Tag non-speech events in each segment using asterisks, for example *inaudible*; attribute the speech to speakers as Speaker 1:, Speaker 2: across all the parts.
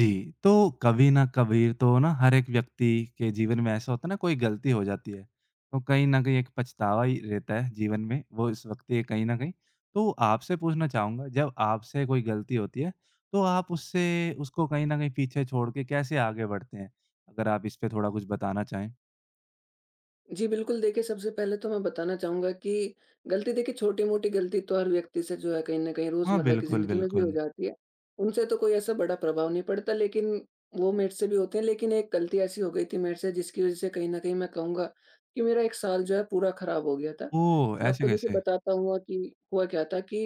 Speaker 1: जी, तो कभी ना कभी तो ना हर एक व्यक्ति के जीवन में ऐसा होता है ना कोई गलती हो जाती है। तो कहीं न कहीं एक पछतावा ही रहता है जीवन में, वो इस वक़्त ये कहीं न कहीं। तो आपसे पूछना चाहूँगा जब आपसे कोई गलती होती है, तो आप उससे उसको कहीं न कहीं पीछे छोड़ के कैसे आगे बढ़ते हैं? अगर आप इस पे थोड़ा कुछ बताना चाहें।
Speaker 2: जी, बिल्कुल। देखिए, सबसे पहले तो मैं बताना चाहूँगा कि गलती, देखिए, छोटी-मोटी गलती तो हर व्यक्ति से जो है कहीं न कहीं
Speaker 1: हाँ,
Speaker 2: रोज़मर्रा की
Speaker 1: बिल्कुल,
Speaker 2: ज़िंदगी में भी हो
Speaker 1: बिल्कुल।
Speaker 2: जाती है। उनसे तो कोई ऐसा बड़ा प्रभाव नहीं पड़ता, लेकिन वो मेरे से भी होते हैं। लेकिन एक गलती ऐसी हो गई थी मेरे से, जिसकी वज़ह से कहीं न कहीं मैं कहूँगा कि मेरा 1 साल जो है पूरा ख़राब हो गया था।
Speaker 1: ओह!
Speaker 2: मैं
Speaker 1: ऐसे
Speaker 2: आपको, देखिए,
Speaker 1: कैसे?
Speaker 2: बताता हूँ कि हुआ क्या था कि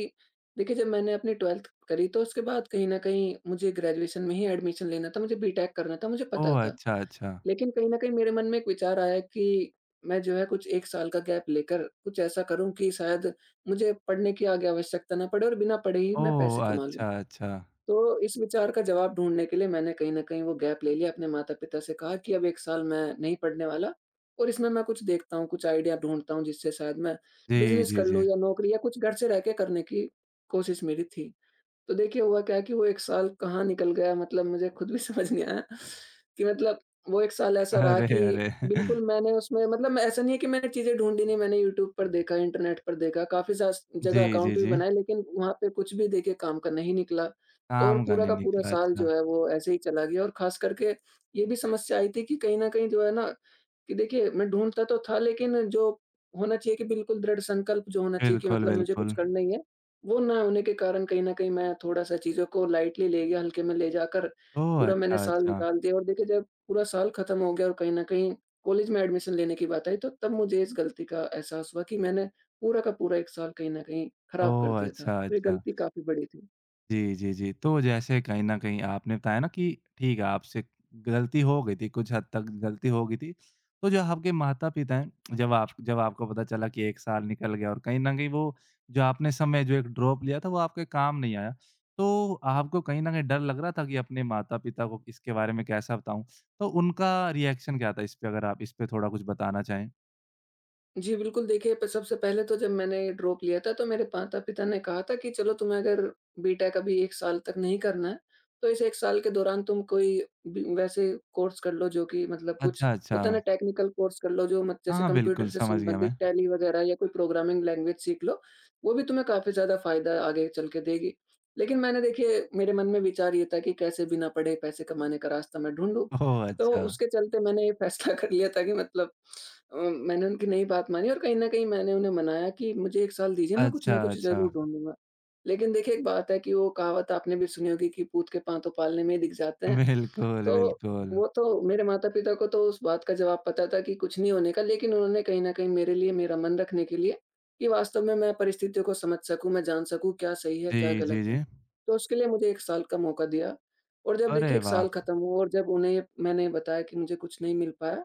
Speaker 2: देखिए, जब मैंने अपनी 12th करी, तो उसके बाद कहीं न कहीं मुझे ग्रेजुएशन में ही एडमिशन लेना था, मुझे बीटेक करना था, मुझे
Speaker 1: ओह!
Speaker 2: पता था।
Speaker 1: अच्छा, अच्छा।
Speaker 2: लेकिन कहीं न कहीं मेरे मन में एक विचार आया कि मैं जो है कुछ 1 साल का गैप लेकर कुछ ऐसा करूँ कि शायद मुझे पढ़ने की आगे आवश्यकता ना पड़े और बिना पढ़े ही मैं
Speaker 1: ओह!
Speaker 2: पैसे कमा लूँ।
Speaker 1: अच्छा, अच्छा।
Speaker 2: तो इस विचार का जवाब ढूँढने के लिए मैंने कहीं न कहीं वो गैप ले लिया, अपने माता-पिता से कहा कि अब 1 साल मैं नहीं पढ़ने वाला और इसमें मैं कुछ देखता हूँ, कुछ आइडिया ढूँढता हूँ जिससे शायद मैं
Speaker 1: जी,
Speaker 2: बिज़नेस
Speaker 1: जी,
Speaker 2: कर लूँ
Speaker 1: जी।
Speaker 2: या नौकरी या कुछ घर से रह के करने की कोशिश मेरी थी। तो देखिए, हुआ क्या है कि वो 1 साल कहाँ निकल गया, मतलब मुझे खुद भी *laughs* समझ नहीं आया कि मतलब वो 1 साल ऐसा रहा
Speaker 1: अरे,
Speaker 2: कि
Speaker 1: अरे! *laughs*
Speaker 2: बिल्कुल मैंने उसमें मतलब ऐसा नहीं है कि मैंने चीज़ें ढूँढी नहीं, मैंने यूट्यूब पर देखा, इंटरनेट पर देखा, काफ़ी सास जगह
Speaker 1: जी,
Speaker 2: अकाउंट
Speaker 1: जी,
Speaker 2: भी
Speaker 1: जी।
Speaker 2: बनाए, लेकिन वहाँ पे कुछ भी, देखिए, काम का नहीं निकला और
Speaker 1: काम का
Speaker 2: पूरा
Speaker 1: नहीं
Speaker 2: का पूरा
Speaker 1: निकला,
Speaker 2: साल
Speaker 1: अच्छा।
Speaker 2: जो है वो ऐसे ही चला गया। और ख़ास करके ये भी समस्या आई थी कि कहीं न कहीं जो है ना कि देखिए, मैं ढूँढता तो था, लेकिन जो होना चाहिए कि बिल्कुल दृढ़ संकल्प जो होना चाहिए कि
Speaker 1: बिल्कुल,
Speaker 2: मतलब मुझे कुछ
Speaker 1: बिल्कुल।
Speaker 2: करना ही है, वो ना होने के कारण कहीं न कहीं मैं थोड़ा-सा चीज़ों को लाइटली ले गया, हल्के में ले जाकर
Speaker 1: ओह!
Speaker 2: पूरा
Speaker 1: अच्छा,
Speaker 2: मैंने साल
Speaker 1: अच्छा।
Speaker 2: निकाल दिया। और देखिए, जब पूरा साल खत्म हो गया और कहीं न कहीं कॉलेज में एडमिशन लेने की बात आई, तो तब मुझे इस गलती का एहसास हुआ कि मैंने पूरा का पूरा 1 साल कहीं न कहीं खराब कर
Speaker 1: ओह!
Speaker 2: दिया था।
Speaker 1: अच्छा,
Speaker 2: तो ये
Speaker 1: अच्छा।
Speaker 2: गलती काफ़ी बड़ी थी।
Speaker 1: जी, जी, जी। तो जैसे कहीं न कहीं आपने बताया ना कि ठीक है, आपसे गलती हो गई थी, कुछ हद तक गलती हो गई थी। तो जो आपके माता-पिता हैं, जब आपको पता चला कि 1 साल निकल गया और कहीं न कहीं वो जो आपने समय जो एक ड्रॉप लिया था, वो आपके काम नहीं आया। तो आपको कहीं न कहीं डर लग रहा था कि अपने माता-पिता को इसके बारे में कैसा बताऊँ? तो उनका रिएक्शन क्या था इस पे, अगर आप इस पे थोड़ा कुछ बताना चाहें?
Speaker 2: जी, बिल्कुल। देखिए, प सबसे पहले तो जब मैंने ड्रॉप लिया था, तो मेरे माता-पिता ने कहा था कि चलो, तुम्हें अगर बीटेक अभी 1 साल तक नहीं करना है, तो इस 1 साल के दौरान तुम कोई बी वैसे कोर्स कर लो जो कि मतलब कुछ
Speaker 1: अच्छा, अच्छा।
Speaker 2: होता है ना, टेक्निकल कोर्स कर लो जो मत
Speaker 1: हाँ,
Speaker 2: जैसे
Speaker 1: हाँ,
Speaker 2: कंप्यूटर
Speaker 1: बिल्कुल
Speaker 2: से
Speaker 1: समझ गया मैं।
Speaker 2: संबंधित टैली वगैरह या कोई प्रोग्रामिंग लैंग्वेज सीख लो, वो भी तुम्हें काफ़ी ज़्यादा फ़ायदा आगे चल के देगी। लेकिन मैंने, देखिए, मेरे मन में विचार ये था कि कैसे बिना पढ़े पैसे कमाने का रास्ता मैं ढूँढूँ।
Speaker 1: ओह!
Speaker 2: तो
Speaker 1: अच्छा।
Speaker 2: उसके चलते मैंने ये फैसला कर लिया था कि मतलब मैंने उनकी नहीं बात मानी और कहीं न कहीं मैंने उन्हें मनाया कि मुझे 1 साल दीजिए, मैं कुछ
Speaker 1: अच्छा,
Speaker 2: ना कुछ
Speaker 1: अच्छा।
Speaker 2: ज़रूर ढूँढूँगा। लेकिन देखिए, एक बात है कि वो कहावत आपने भी सुनी होगी कि "पूत के पाँव तो पालने में ही दिख जाते हैं।"
Speaker 1: बिल्कुल,
Speaker 2: तो
Speaker 1: बिल्कुल।
Speaker 2: वो तो मेरे माता-पिता को तो उस बात का जवाब पता था कि कुछ नहीं होने का, लेकिन उन्होंने कहीं न कहीं मेरे लिए, मेरा मन रखने के लिए, कि वास्तव में मैं परिस्थितियों को समझ सकूँ, मैं जान सकूँ क्या सही है, क्या
Speaker 1: जी, जी,
Speaker 2: गलत
Speaker 1: जी।
Speaker 2: है, तो उसके लिए मुझे 1 साल का मौका दिया। और जब, देखिए,
Speaker 1: अरे
Speaker 2: 1
Speaker 1: वाह!
Speaker 2: साल खत्म हुआ और जब उन्हें मैंने बताया कि मुझे कुछ नहीं मिल पाया,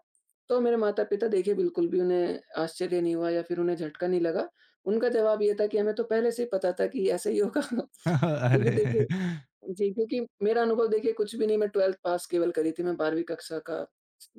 Speaker 2: तो मेरे माता-पिता, देखिए, बिल्कुल भी उन्हें आश्चर्य नहीं हुआ या फिर उन्हें झटका नहीं लगा। उनका जवाब ये था कि हमें तो पहले से ही पता था कि ऐसा ही होगा। *laughs*
Speaker 1: *laughs*
Speaker 2: क्योंकि,
Speaker 1: अरे!
Speaker 2: देखिए, जी, क्योंकि मेरा अनुभव, देखिए, कुछ भी नहीं, मैं 12th पास केवल करी थी, मैं 12वीं कक्षा का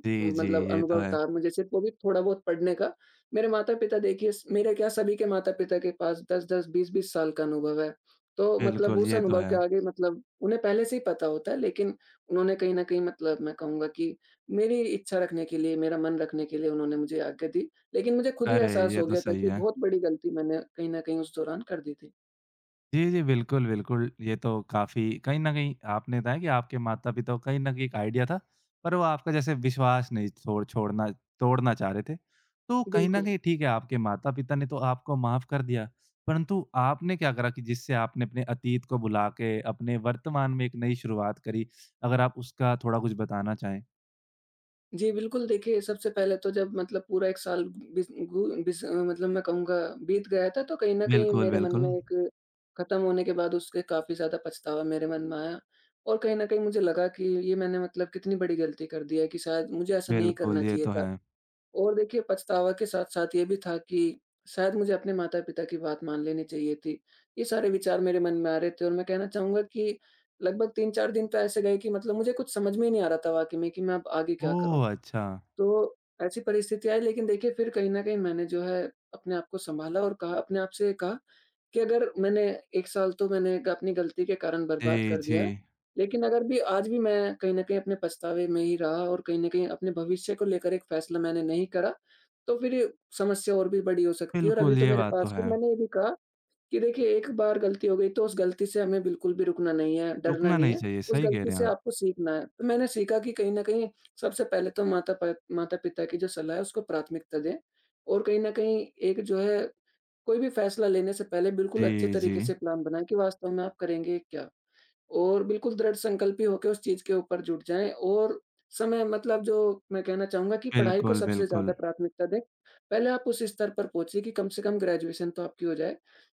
Speaker 1: जी, जी,
Speaker 2: मतलब
Speaker 1: ये तो
Speaker 2: अनुभव
Speaker 1: है।
Speaker 2: था मुझे, सिर्फ वो भी थोड़ा बहुत पढ़ने का। मेरे माता-पिता, देखिए, स मेरे क्या, सभी के माता-पिता के पास 10-10, 20-20 साल का अनुभव है। तो मतलब
Speaker 1: बिल्कुल,
Speaker 2: उस
Speaker 1: ये तो
Speaker 2: अनुभव के
Speaker 1: है।
Speaker 2: आगे मतलब उन्हें पहले से ही पता होता है, लेकिन उन्होंने कहीं न कहीं मतलब मैं कहूँगा कि मेरी इच्छा रखने के लिए, मेरा मन रखने के लिए उन्होंने मुझे आज्ञा दी। लेकिन मुझे खुद ही
Speaker 1: अरे!
Speaker 2: एहसास
Speaker 1: ये
Speaker 2: हो
Speaker 1: तो
Speaker 2: गया था
Speaker 1: सही
Speaker 2: कि
Speaker 1: है।
Speaker 2: बहुत बड़ी गलती मैंने कहीं न कहीं उस दौरान कर दी थी।
Speaker 1: जी, जी। बिल्कुल, बिल्कुल। ये तो काफ़ी कहीं न कहीं आपने बताया कि आपके माता-पिता को कहीं न कहीं एक आइडिया था, पर वो आपका जैसे विश्वास नहीं छोड़ छोड़ना तोड़ना चाह रहे थे। तो कहीं न
Speaker 2: बिल्कुल।
Speaker 1: कहीं ठीक है, आपके माता-पिता ने तो आपको माफ़ कर दिया, परंतु आपने क्या करा कि जिससे आपने अपने अतीत को भुला के अपने वर्तमान में एक नई शुरुआत करी? अगर आप उसका थोड़ा कुछ बताना चाहें?
Speaker 2: जी, बिल्कुल। देखिए, सबसे पहले तो जब मतलब पूरा 1 साल बिस गु बिस अ, मतलब मैं कहूँगा बीत गया था, तो कहीं न कहीं
Speaker 1: बिल्कुल,
Speaker 2: मेरे मन
Speaker 1: बिल्कुल।
Speaker 2: में एक खत्म होने के बाद उसके काफ़ी ज़्यादा पछतावा मेरे मन में आया और कहीं न कहीं मुझे लगा कि ये मैंने मतलब कितनी बड़ी गलती कर दी है कि शायद मुझे ऐसा नहीं
Speaker 1: बिल्कुल,
Speaker 2: करना
Speaker 1: ये
Speaker 2: चाहिए
Speaker 1: तो
Speaker 2: था।
Speaker 1: है।
Speaker 2: और देखिए, पछतावा के साथ-साथ ये भी था कि शायद मुझे अपने माता-पिता की बात मान लेनी चाहिए थी। ये सारे विचार मेरे मन में आ रहे थे और मैं कहना चाहूँगा कि लगभग 3-4 दिन तो ऐसे गए कि मतलब मुझे कुछ समझ में ही नहीं आ रहा था वाक़ई में कि मैं अब आगे क्या
Speaker 1: ओह!
Speaker 2: करूँ?
Speaker 1: अच्छा।
Speaker 2: तो ऐसी परिस्थिति आई, लेकिन देखिए, फिर कहीं न कहीं मैंने जो है अपने आप को सँभाला और कहा, अपने आप से कहा कि अगर मैंने 1 साल तो मैंने अपनी गलती के कारण बर्बाद
Speaker 1: जी,
Speaker 2: कर
Speaker 1: जी।
Speaker 2: दिया है, लेकिन अगर भी आज भी मैं कहीं न कहीं अपने पछतावे में ही रहा और कहीं न कहीं अपने भविष्य को लेकर एक फ़ैसला मैंने नहीं करा, तो फिर ये समस्या और भी बड़ी हो सकती है। और अभी
Speaker 1: बिल्कुल,
Speaker 2: तो
Speaker 1: ये
Speaker 2: मेरे
Speaker 1: बात तो
Speaker 2: पास, फिर
Speaker 1: है।
Speaker 2: मैंने ये भी कहा कि देखिए, एक बार गलती हो गई तो उस गलती से हमें बिल्कुल भी रुकना नहीं है, डरना
Speaker 1: रुकना
Speaker 2: नहीं
Speaker 1: नहीं
Speaker 2: है,
Speaker 1: चाहिए,
Speaker 2: उस
Speaker 1: सही कह
Speaker 2: गलती
Speaker 1: रहे हैं
Speaker 2: से
Speaker 1: आप।
Speaker 2: आपको सीखना है। तो मैंने सीखा कि कहीं न कहीं सबसे पहले तो माता-पिता की जो सलाह है उसको प्राथमिकता दें और कहीं न कहीं एक जो है, कोई भी फैसला लेने से पहले बिल्कुल अच्छे
Speaker 1: जी, जी।
Speaker 2: तरीके से प्लान बनाएँ कि वास्तव में आप करेंगे क्या? और बिल्कुल दृढ़ संकल्पी होके उस चीज़ के ऊपर जुट जाएँ और समय मतलब जो, मैं कहना चाहूँगा कि पढ़ाई को
Speaker 1: बिल्कुल,
Speaker 2: सबसे ज़्यादा
Speaker 1: बिल्कुल।
Speaker 2: प्राथमिकता दें। पहले आप उस स्तर पर पहुँचिए कि कम से कम ग्रेजुएशन तो आपकी हो जाए,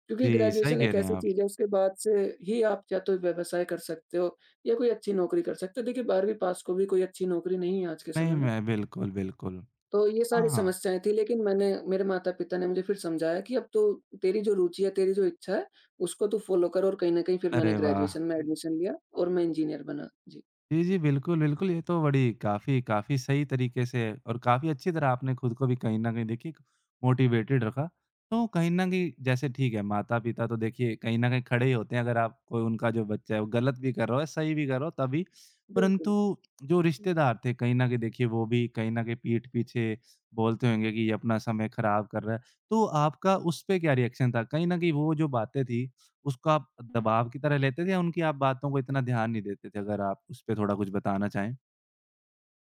Speaker 2: क्योंकि
Speaker 1: जी, सही
Speaker 2: ग्रेजुएशन
Speaker 1: कह
Speaker 2: एक
Speaker 1: रहे हैं
Speaker 2: ऐसी
Speaker 1: आप।
Speaker 2: चीज़ है, उसके बाद से ही आप या तो व्यवसाय कर सकते हो या कोई अच्छी नौकरी कर सकते हो। देखिए, 12वीं पास को भी कोई अच्छी नौकरी नहीं है आज के
Speaker 1: नहीं,
Speaker 2: समय में।
Speaker 1: मैं बिल्कुल, बिल्कुल।
Speaker 2: तो ये
Speaker 1: हाँ,
Speaker 2: सारी
Speaker 1: हाँ।
Speaker 2: समस्याएँ थी, लेकिन मैंने, मेरे माता-पिता ने मुझे फिर समझाया कि अब तो तेरी जो रुचि है, तेरी जो इच्छा है, उसको तू फॉलो कर। और कहीं न कहीं फिर
Speaker 1: अरे
Speaker 2: मैंने
Speaker 1: वाह!
Speaker 2: ग्रेजुएशन में एडमिशन लिया और मैं इंजीनियर बना। जी,
Speaker 1: जी, जी। बिल्कुल, बिल्कुल। ये तो बड़ी काफ़ी काफ़ी सही तरीके से और काफ़ी अच्छी तरह आपने खुद को भी कहीं न कहीं देखिए मोटिवेटेड रखा। तो कहीं न कहीं जैसे ठीक है माता-पिता तो देखिए कहीं न कहीं खड़े ही होते हैं अगर आप कोई उनका जो बच्चा है वो गलत भी कर रहा हो, सही भी कर रहा हो तभी।
Speaker 2: बिल्कुल।
Speaker 1: परंतु जो रिश्तेदार थे कहीं न कहीं देखिए वो भी कहीं न कहीं पीठ पीछे बोलते होंगे कि ये अपना समय ख़राब कर रहा है। तो आपका उस पे क्या रिएक्शन था? कहीं न कहीं वो जो बातें थी उसको आप दबाव की तरह लेते थे या उनकी आप बातों को इतना ध्यान नहीं देते थे? अगर आप उस पे थोड़ा कुछ बताना चाहें।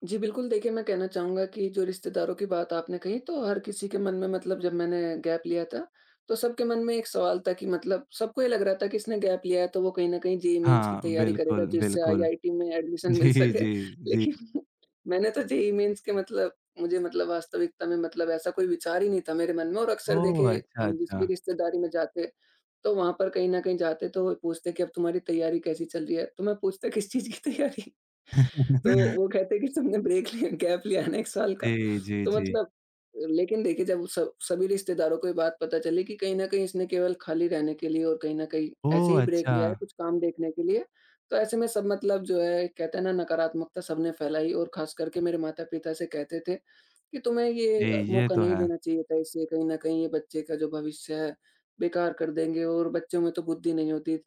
Speaker 2: जी, बिल्कुल। देखिए, मैं कहना चाहूँगा कि जो रिश्तेदारों की बात आपने कही, तो हर किसी के मन में मतलब जब मैंने गैप लिया था, तो सबके मन में एक सवाल था कि मतलब सबको ये लग रहा था कि इसने गैप लिया है तो वो कहीं न कहीं जेईई मेन्स की
Speaker 1: हाँ,
Speaker 2: तैयारी करेगा,
Speaker 1: बिल्कुल,
Speaker 2: जिससे
Speaker 1: बिल्कुल।
Speaker 2: आईआईटी में एडमिशन मिल
Speaker 1: जी,
Speaker 2: सके।
Speaker 1: जी,
Speaker 2: *laughs*
Speaker 1: जी।
Speaker 2: लेकिन मैंने तो जेईई मेन्स के मतलब मुझे, मतलब वास्तविकता में मतलब ऐसा कोई विचार ही नहीं था मेरे मन में। और अक्सर,
Speaker 1: ओह!
Speaker 2: देखिए,
Speaker 1: अच्छा,
Speaker 2: हम जिस भी
Speaker 1: अच्छा।
Speaker 2: रिश्तेदारी में जाते, तो वहाँ पर कहीं न कहीं जाते तो वो पूछते कि अब तुम्हारी तैयारी कैसी चल रही है? तो मैं पूछता, किस चीज़ की तैयारी? *laughs* तो
Speaker 1: *laughs*
Speaker 2: वो कहते हैं कि तुमने ब्रेक लिया गैप लिया है ना 1 साल का।
Speaker 1: जी, जी,
Speaker 2: तो
Speaker 1: जी।
Speaker 2: मतलब लेकिन देखिए जब स सभी रिश्तेदारों को ये बात पता चली कि कहीं न कहीं इसने केवल खाली रहने के लिए और कहीं न कहीं
Speaker 1: ओह!
Speaker 2: ऐसे ही ब्रेक
Speaker 1: अच्छा।
Speaker 2: लिया है कुछ काम देखने के लिए। तो ऐसे में सब मतलब जो है कहते हैं ना, नकारात्मकता सबने फैलाई और ख़ास करके मेरे माता-पिता से कहते थे कि तुम्हें
Speaker 1: जी,
Speaker 2: ये
Speaker 1: ये
Speaker 2: मौका
Speaker 1: तो
Speaker 2: नहीं
Speaker 1: है।
Speaker 2: देना चाहिए था, इससे कहीं न कहीं ये बच्चे का जो भविष्य है, बेकार कर देंगे और बच्चों में तो बुद्धि नहीं होती।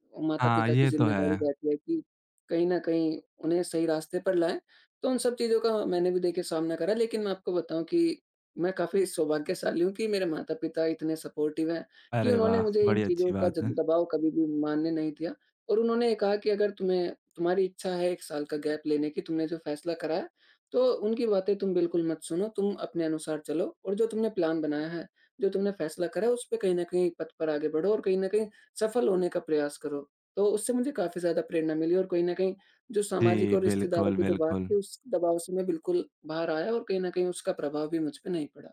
Speaker 1: हाँ,
Speaker 2: माता-पिता की
Speaker 1: ये तो
Speaker 2: ज़िम्मेदारी
Speaker 1: है।
Speaker 2: रहती है कि कहीं न कहीं उन्हें सही रास्ते पर लाएँ। तो उन सब चीज़ों का मैंने भी देखिए सामना करा, लेकिन मैं आपको बताऊँ कि मैं काफ़ी सौभाग्यशाली हूँ कि मेरे माता-पिता इतने सपोर्टिव हैं कि
Speaker 1: अरे
Speaker 2: उन्होंने
Speaker 1: वाह!
Speaker 2: मुझे इन
Speaker 1: बड़ी अच्छी
Speaker 2: चीज़ों का
Speaker 1: बात
Speaker 2: ज
Speaker 1: है।
Speaker 2: दबाव कभी भी मानने नहीं दिया और उन्होंने कहा कि अगर तुम्हें, तुम्हारी इच्छा है 1 साल का गैप लेने की, तुमने जो फैसला करा है, तो उनकी बातें तुम बिल्कुल मत सुनो, तुम अपने अनुसार चलो और जो तुमने प्लान बनाया है, जो तुमने फैसला करा है, उस पे कहीं न कहीं पथ पर आगे बढ़ो और कहीं न कहीं सफल होने का प्रयास करो। तो उससे मुझे काफ़ी ज़्यादा प्रेरणा मिली और कहीं न कहीं जो सामाजिक
Speaker 1: जी,
Speaker 2: और रिश्तेदारों
Speaker 1: बिल्कुल,
Speaker 2: की जो बात
Speaker 1: बिल्कुल।
Speaker 2: थी, उस दबाव से मैं बिल्कुल बाहर आया और कहीं न कहीं उसका प्रभाव भी मुझ पे नहीं पड़ा।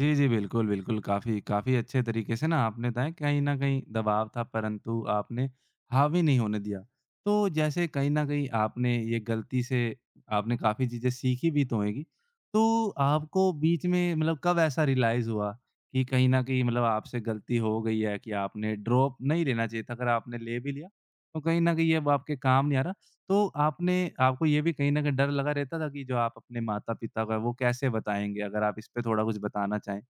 Speaker 1: जी, जी। बिल्कुल, बिल्कुल। काफ़ी काफ़ी अच्छे तरीके से ना आपने बताया कहीं न कहीं दबाव था परंतु आपने हावी नहीं होने दिया। तो जैसे कहीं न कहीं आपने ये गलती से आपने काफ़ी चीज़ें सीखी भी तो होंगी। तो आपको बीच में मतलब कब ऐसा रियलाइज़ हुआ कि कहीं न कहीं मतलब आपसे गलती हो गई है कि आपने ड्रॉप नहीं लेना चाहिए था, अगर आपने ले भी लिया तो कहीं न कहीं ये अब आपके काम नहीं आ रहा? तो आपने आपको ये भी कहीं न कहीं डर लगा रहता था कि जो आप अपने माता-पिता को है, वो कैसे बताएँगे? अगर आप इस पे थोड़ा कुछ बताना चाहें?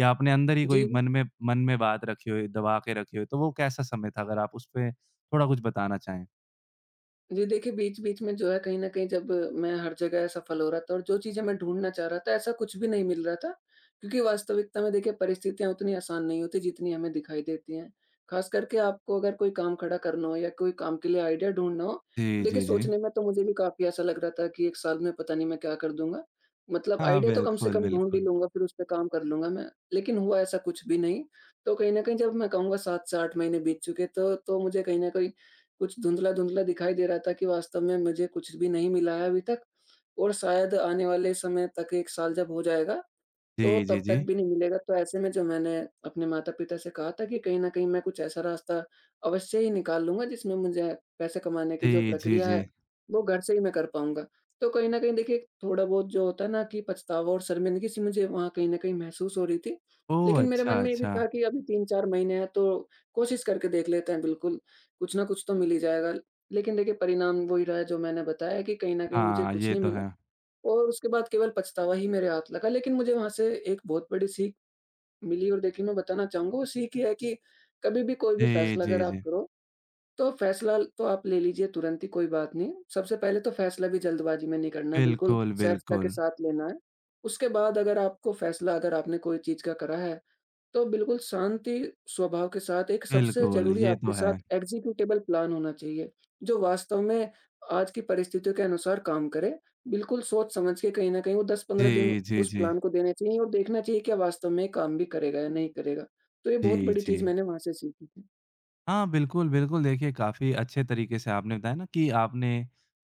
Speaker 1: या आपने अंदर ही कोई
Speaker 2: जी।
Speaker 1: मन में बात रखी हो, दबा के रखी हो, तो वो कैसा समय था? अगर आप उस पे थोड़ा कुछ बताना चाहें?
Speaker 2: जी, देखिए बीच-बीच में जो है, कहीं न कहीं जब मैं हर जगह असफल हो रहा था और जो चीज़ें मैं ढूँढना चाह रहा था, ऐसा कुछ भी नहीं मिल रहा था, क्योंकि वास्तविकता में देखिए परिस्थितियाँ उतनी आसान नहीं होती जितनी हमें दिखाई देती हैं। ख़ास करके आपको अगर कोई काम खड़ा करना हो या कोई काम के लिए आइडिया ढूँढना हो, तो
Speaker 1: जी,
Speaker 2: देखिए
Speaker 1: जी, जी।
Speaker 2: सोचने में तो मुझे भी काफ़ी ऐसा लग रहा था कि 1 साल में पता नहीं मैं क्या कर दूँगा। मतलब
Speaker 1: हाँ,
Speaker 2: आइडिया तो कम से
Speaker 1: बिल्कुल,
Speaker 2: कम ढूँढ ही
Speaker 1: बिल्कुल।
Speaker 2: लूँगा, फिर उस पे काम कर लूँगा मैं, लेकिन हुआ ऐसा कुछ भी नहीं। तो कहीं न कहीं जब मैं कहूँगा 7 से 8 महीने बीत चुके, तो मुझे कहीं न कहीं कुछ धुंधला-धुंधला दिखाई दे रहा था कि वास्तव में मुझे कुछ भी नहीं मिला है अभी तक और शायद आने वाले समय तक, 1 साल जब हो जाएगा, तो
Speaker 1: जी, जी,
Speaker 2: तब
Speaker 1: जी।
Speaker 2: तक भी नहीं मिलेगा। तो ऐसे में जो मैंने अपने माता-पिता से कहा था कि कहीं न कहीं मैं कुछ ऐसा रास्ता अवश्य ही निकाल लूँगा जिसमें मुझे पैसे कमाने की जो
Speaker 1: जी, जी,
Speaker 2: प्रक्रिया है,
Speaker 1: जी।
Speaker 2: वो घर से ही मैं कर पाऊँगा। तो कहीं न कहीं देखिए थोड़ा बहुत जो होता है ना, कि पछतावा और शर्मिंदगी सी मुझे वहाँ कहीं न कहीं महसूस हो रही थी।
Speaker 1: ओह!
Speaker 2: लेकिन मेरे मन
Speaker 1: अच्छा,
Speaker 2: में ये भी
Speaker 1: अच्छा।
Speaker 2: था कि अभी 3-4 महीने हैं, तो कोशिश करके देख लेते हैं बिल्कुल, कुछ ना कुछ तो मिल ही जाएगा। लेकिन देखिए परिणाम वही रहा जो मैंने बताया, कि कहीं न कहीं मुझे
Speaker 1: हाँ,
Speaker 2: कुछ
Speaker 1: ये
Speaker 2: नहीं
Speaker 1: तो
Speaker 2: मिला।
Speaker 1: है।
Speaker 2: और उसके बाद केवल पछतावा ही मेरे हाथ लगा। लेकिन मुझे वहाँ से एक बहुत बड़ी सीख मिली और देखिए मैं बताना चाहूँगा, वो सीख ये है कि कभी भी कोई भी
Speaker 1: जी,
Speaker 2: फ़ैसला
Speaker 1: जी,
Speaker 2: अगर आप
Speaker 1: जी।
Speaker 2: करो, तो फ़ैसला तो आप ले लीजिए तुरंत ही, कोई बात नहीं। सबसे पहले तो फ़ैसला भी जल्दबाज़ी में नहीं करना है, बिल्कुल
Speaker 1: बिल्कुल,
Speaker 2: सहजता के
Speaker 1: बिल्कुल।
Speaker 2: साथ लेना है। उसके बाद अगर आपको फ़ैसला, अगर आपने कोई चीज़ का करा है, तो बिल्कुल शांति स्वभाव के साथ एक सबसे
Speaker 1: बिल्कुल,
Speaker 2: ज़रूरी
Speaker 1: ये
Speaker 2: आपके
Speaker 1: तो है।
Speaker 2: साथ एग्ज़ीक्यूटेबल प्लान होना चाहिए, जो वास्तव में आज की परिस्थितियों के अनुसार काम करे। बिल्कुल सोच समझ के कहीं न कहीं वो 10-15
Speaker 1: जी,
Speaker 2: दिन
Speaker 1: जी,
Speaker 2: उस
Speaker 1: जी।
Speaker 2: प्लान को देने चाहिए और देखना चाहिए क्या वास्तव में काम भी करेगा या नहीं करेगा। तो ये बहुत
Speaker 1: जी,
Speaker 2: बड़ी चीज़
Speaker 1: जी।
Speaker 2: मैंने वहाँ से सीखी थी।
Speaker 1: हाँ, बिल्कुल, बिल्कुल। देखिए, काफ़ी अच्छे तरीके से आपने बताया ना कि आपने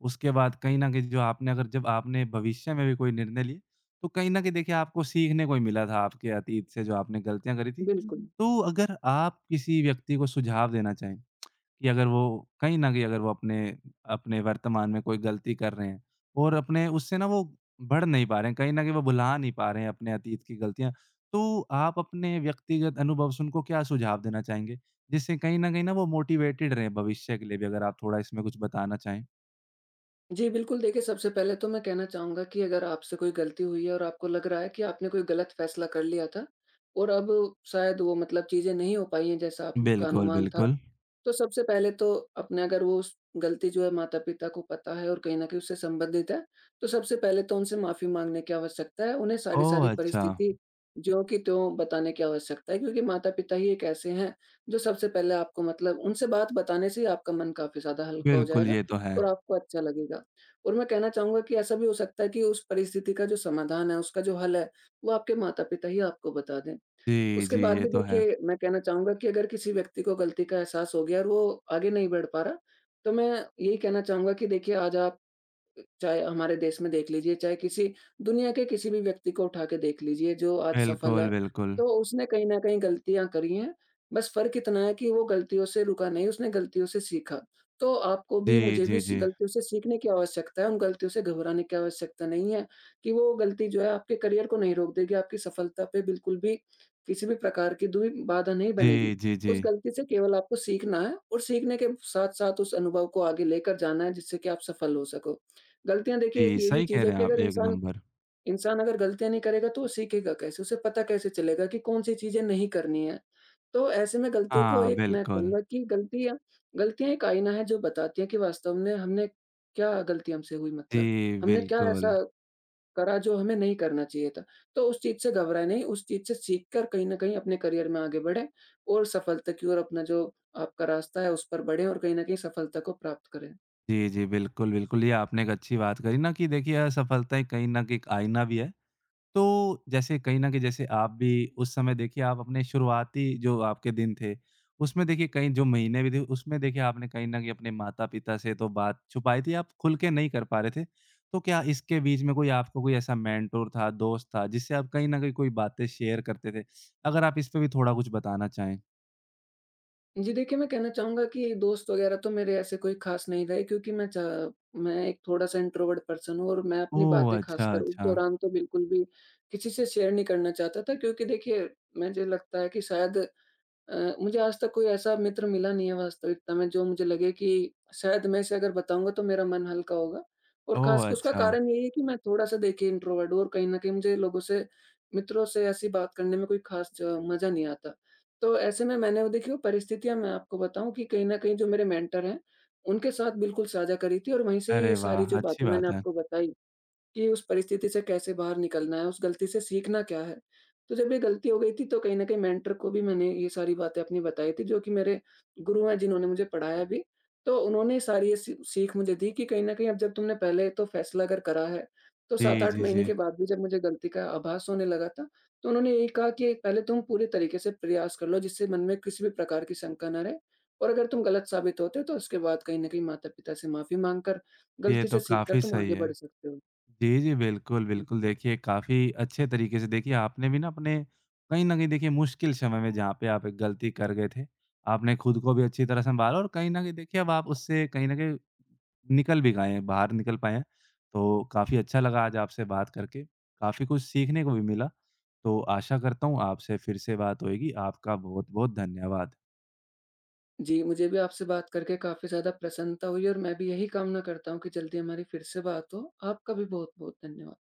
Speaker 1: उसके बाद कहीं न कहीं जो आपने अगर जब आपने भविष्य में भी कोई निर्णय लिए, तो कहीं न कहीं देखिए आपको सीखने को ही मिला था आपके अतीत से जो आपने गलतियाँ करी थी।
Speaker 2: बिल्कुल। हुँ।
Speaker 1: तो अगर आप किसी व्यक्ति को सुझाव देना चाहें कि अगर वो कहीं न कहीं अगर वो अपने अपने वर्तमान में कोई गलती कर रहे हैं और अपने उससे ना वो बढ़ नहीं पा रहे हैं, कहीं न कहीं वो भुला नहीं पा रहे हैं अपने अतीत की गलतियाँ। तो आप अपने व्यक्तिगत अनुभव से उनको क्या सुझाव देना चाहेंगे? जिससे कहीं न कहीं ना वो मोटिवेटेड रहें भविष्य के लिए भी अगर आप थोड़ा इसमें कुछ बताना चाहें?
Speaker 2: जी, बिल्कुल देखिए, सबसे पहले तो मैं कहना चाहूँगा कि अगर आपसे कोई गलती हुई है और आपको लग रहा है कि आपने कोई गलत फ़ैसला कर लिया था और अब शायद वो मतलब चीज़ें नहीं हो पाई हैं जैसा आपका
Speaker 1: बिल्कुल,
Speaker 2: अनुमान था।
Speaker 1: बिल्कुल।
Speaker 2: तो सबसे पहले तो अपने, अगर वो उस गलती जो है माता-पिता को पता है और कहीं न कहीं उससे संबंधित है, तो सबसे पहले तो उनसे माफ़ी माँगने की आवश्यकता है। उन्हें सारी-सारी
Speaker 1: ओह! अच्छा।
Speaker 2: परिस्थिति ज्यों की त्यों बताने की आवश्यकता है, क्योंकि माता-पिता ही एक ऐसे हैं, जो सबसे पहले आपको मतलब उनसे बात बताने से ही आपका मन काफ़ी ज़्यादा हल्का हो
Speaker 1: बिल्कुल,
Speaker 2: जाएगा
Speaker 1: ये तो है।
Speaker 2: और आपको अच्छा लगेगा। और मैं कहना चाहूँगा कि ऐसा भी हो सकता है कि उस परिस्थिति का जो समाधान है, उसका जो हल है, वो आपके माता-पिता ही आपको बता दें।
Speaker 1: जी,
Speaker 2: उसके
Speaker 1: जी,
Speaker 2: बाद
Speaker 1: ये
Speaker 2: भी
Speaker 1: तो है।
Speaker 2: देखिए, मैं कहना चाहूँगा कि अगर किसी व्यक्ति को गलती का एहसास हो गया और वो आगे नहीं बढ़ पा रहा, तो मैं यही कहना चाहूँगा कि देखिए आज आप, चाहे हमारे देश में देख लीजिए, चाहे किसी दुनिया के किसी भी व्यक्ति को उठा के देख लीजिए जो आज सफल है,
Speaker 1: बिल्कुल, बिल्कुल।
Speaker 2: तो उसने कहीं न कहीं गलतियाँ करी हैं। बस फ़र्क इतना है कि वो गलतियों से रुका नहीं, उसने गलतियों से सीखा। तो आपको भी,
Speaker 1: जी,
Speaker 2: मुझे भी
Speaker 1: जी,
Speaker 2: सी
Speaker 1: जी।
Speaker 2: गलतियों से सीखने की आवश्यकता है, उन गलतियों से घबराने की आवश्यकता नहीं है, कि वो गलती जो है आपके करियर को नहीं रोक देगी, आपकी सफलता पे बिल्कुल भी किसी भी प्रकार की दुई बाधा नहीं बनेगी।
Speaker 1: जी, जी, जी।
Speaker 2: उस गलती से केवल आपको सीखना है और सीखने के साथ-साथ उस अनुभव को आगे लेकर जाना है जिससे कि आप सफल हो सको। गलतियाँ देखिए एक
Speaker 1: जी,
Speaker 2: ये भी
Speaker 1: सही कह
Speaker 2: चीज़ है
Speaker 1: रहे हैं
Speaker 2: कि
Speaker 1: आप,
Speaker 2: अगर
Speaker 1: एक
Speaker 2: इंसान
Speaker 1: नंबर।
Speaker 2: इंसान अगर गलतियाँ नहीं करेगा तो वो सीखेगा कैसे? उसे पता कैसे चलेगा कि कौन-सी चीज़ें नहीं करनी है? तो ऐसे में गलतियों को
Speaker 1: हाँ,
Speaker 2: एक मैं
Speaker 1: बिल्कुल।
Speaker 2: कहूँगा कि गलतियाँ गलतियाँ एक आईना है जो बताती है कि वास्तव में हमने क्या गलती हमसे हुई
Speaker 1: जी,
Speaker 2: मतलब? हमने क्या
Speaker 1: बिल्कुल।
Speaker 2: ऐसा करा जो हमें नहीं करना चाहिए था? तो उस चीज़ से घबराएँ नहीं, उस चीज़ से सीख कर कहीं न कहीं अपने करियर में आगे बढ़ें और सफलता की ओर अपना जो आपका रास्ता है उस पर बढ़ें और कहीं न कहीं सफलता को प्राप्त करें।
Speaker 1: जी, जी, बिल्कुल, बिल्कुल, ये आपने एक अच्छी बात करी ना कि देखिए असफलताएँ कहीं न कहीं एक आईना भी है। तो जैसे कहीं न कहीं जैसे आप भी उस समय देखिए आप अपने शुरुआती जो आपके दिन थे, उसमें देखिए कहीं जो महीने भी थे, उसमें देखिए आपने कहीं न कहीं अपने माता-पिता से तो बात छुपाई थी, आप खुल के नहीं कर पा रहे थे। तो क्या इसके बीच में कोई आपको कोई ऐसा मेंटर था, दोस्त था, जिससे आप कहीं न कहीं कोई बातें शेयर करते थे? अगर आप इस पे भी थोड़ा कुछ बताना चाहें?
Speaker 2: जी, देखिए मैं कहना चाहूँगा कि दोस्त वग़ैरह तो मेरे ऐसे कोई ख़ास नहीं रहे, क्योंकि मैं एक थोड़ा-सा इंट्रोवर्ट पर्सन हूँ और मैं अपनी
Speaker 1: ओह!
Speaker 2: बातें,
Speaker 1: अच्छा,
Speaker 2: ख़ासकर उस
Speaker 1: अच्छा।
Speaker 2: दौरान तो बिल्कुल भी किसी से शेयर नहीं करना चाहता था, क्योंकि देखिए, मुझे लगता है कि शायद मुझे आज तक कोई ऐसा मित्र मिला नहीं है वास्तविकता में, जो मुझे लगे कि शायद मैं इसे अगर बताऊँगा तो मेरा मन हल्का होगा। और
Speaker 1: ओह!
Speaker 2: ख़ासकर उसका
Speaker 1: अच्छा।
Speaker 2: कारण यही है कि मैं थोड़ा-सा देखिए इंट्रोवर्ट हूँ और कहीं न कहीं मुझे लोगों से, मित्रों से ऐसी बात करने में कोई ख़ास ज मज़ा नहीं आता। तो ऐसे में मैंने वो देखिए, वो परिस्थितियाँ मैं आपको बताऊँ कि कहीं न कहीं जो मेरे मेंटर हैं, उनके साथ बिल्कुल साझा करी थी और वहीं से
Speaker 1: अरे
Speaker 2: ये सारी
Speaker 1: वाह!
Speaker 2: जो
Speaker 1: अच्छी
Speaker 2: बातें मैंने
Speaker 1: बात है।
Speaker 2: आपको बताई कि उस परिस्थिति से कैसे बाहर निकलना है, उस गलती से सीखना क्या है? तो जब ये गलती हो गई थी तो कहीं न कहीं मेंटर को भी मैंने ये सारी बातें अपनी बताई थी, जो कि मेरे गुरु हैं जिन्होंने मुझे पढ़ाया भी। तो उन्होंने सारी ये सी सीख मुझे दी कि कहीं न कहीं अब जब तुमने पहले तो फैसला अगर करा है, तो
Speaker 1: जी,
Speaker 2: 7-8
Speaker 1: जी,
Speaker 2: महीने
Speaker 1: जी।
Speaker 2: के बाद भी जब मुझे गलती का आभास होने लगा था, तो उन्होंने यही कहा कि पहले तुम पूरे तरीके से प्रयास कर लो जिससे मन में किसी भी प्रकार की शंका ना रहे और अगर तुम गलत साबित होते हो तो उसके बाद कहीं न कहीं माता-पिता से माफ़ी माँग कर,
Speaker 1: ये
Speaker 2: गलती
Speaker 1: तो
Speaker 2: से सीख कर
Speaker 1: काफ़ी
Speaker 2: तुम
Speaker 1: सही
Speaker 2: आगे
Speaker 1: है।
Speaker 2: बढ़ सकते हो।
Speaker 1: जी, जी, बिल्कुल,
Speaker 2: जी।
Speaker 1: बिल्कुल। देखिए, काफ़ी अच्छे तरीके से देखिए आपने भी ना अपने कहीं न कहीं देखिए मुश्किल समय में जहाँ पे आप एक गलती कर गए थे, आपने खुद को भी अच्छी तरह सँभाला और कहीं न कहीं देखिए अब आप उससे कहीं न कहीं निकल भी गए हैं, बाहर निकल पाए हैं। तो काफ़ी अच्छा लगा आज आपसे बात करके, काफ़ी कुछ सीखने को भी मिला। तो आशा करता हूँ आपसे फिर से बात होएगी। आपका बहुत-बहुत धन्यवाद।
Speaker 2: जी, मुझे भी आपसे बात करके काफ़ी ज़्यादा प्रसन्नता हुई और मैं भी यही कामना करता हूँ कि जल्दी हमारी फिर से बात हो। आपका भी बहुत-बहुत धन्यवाद।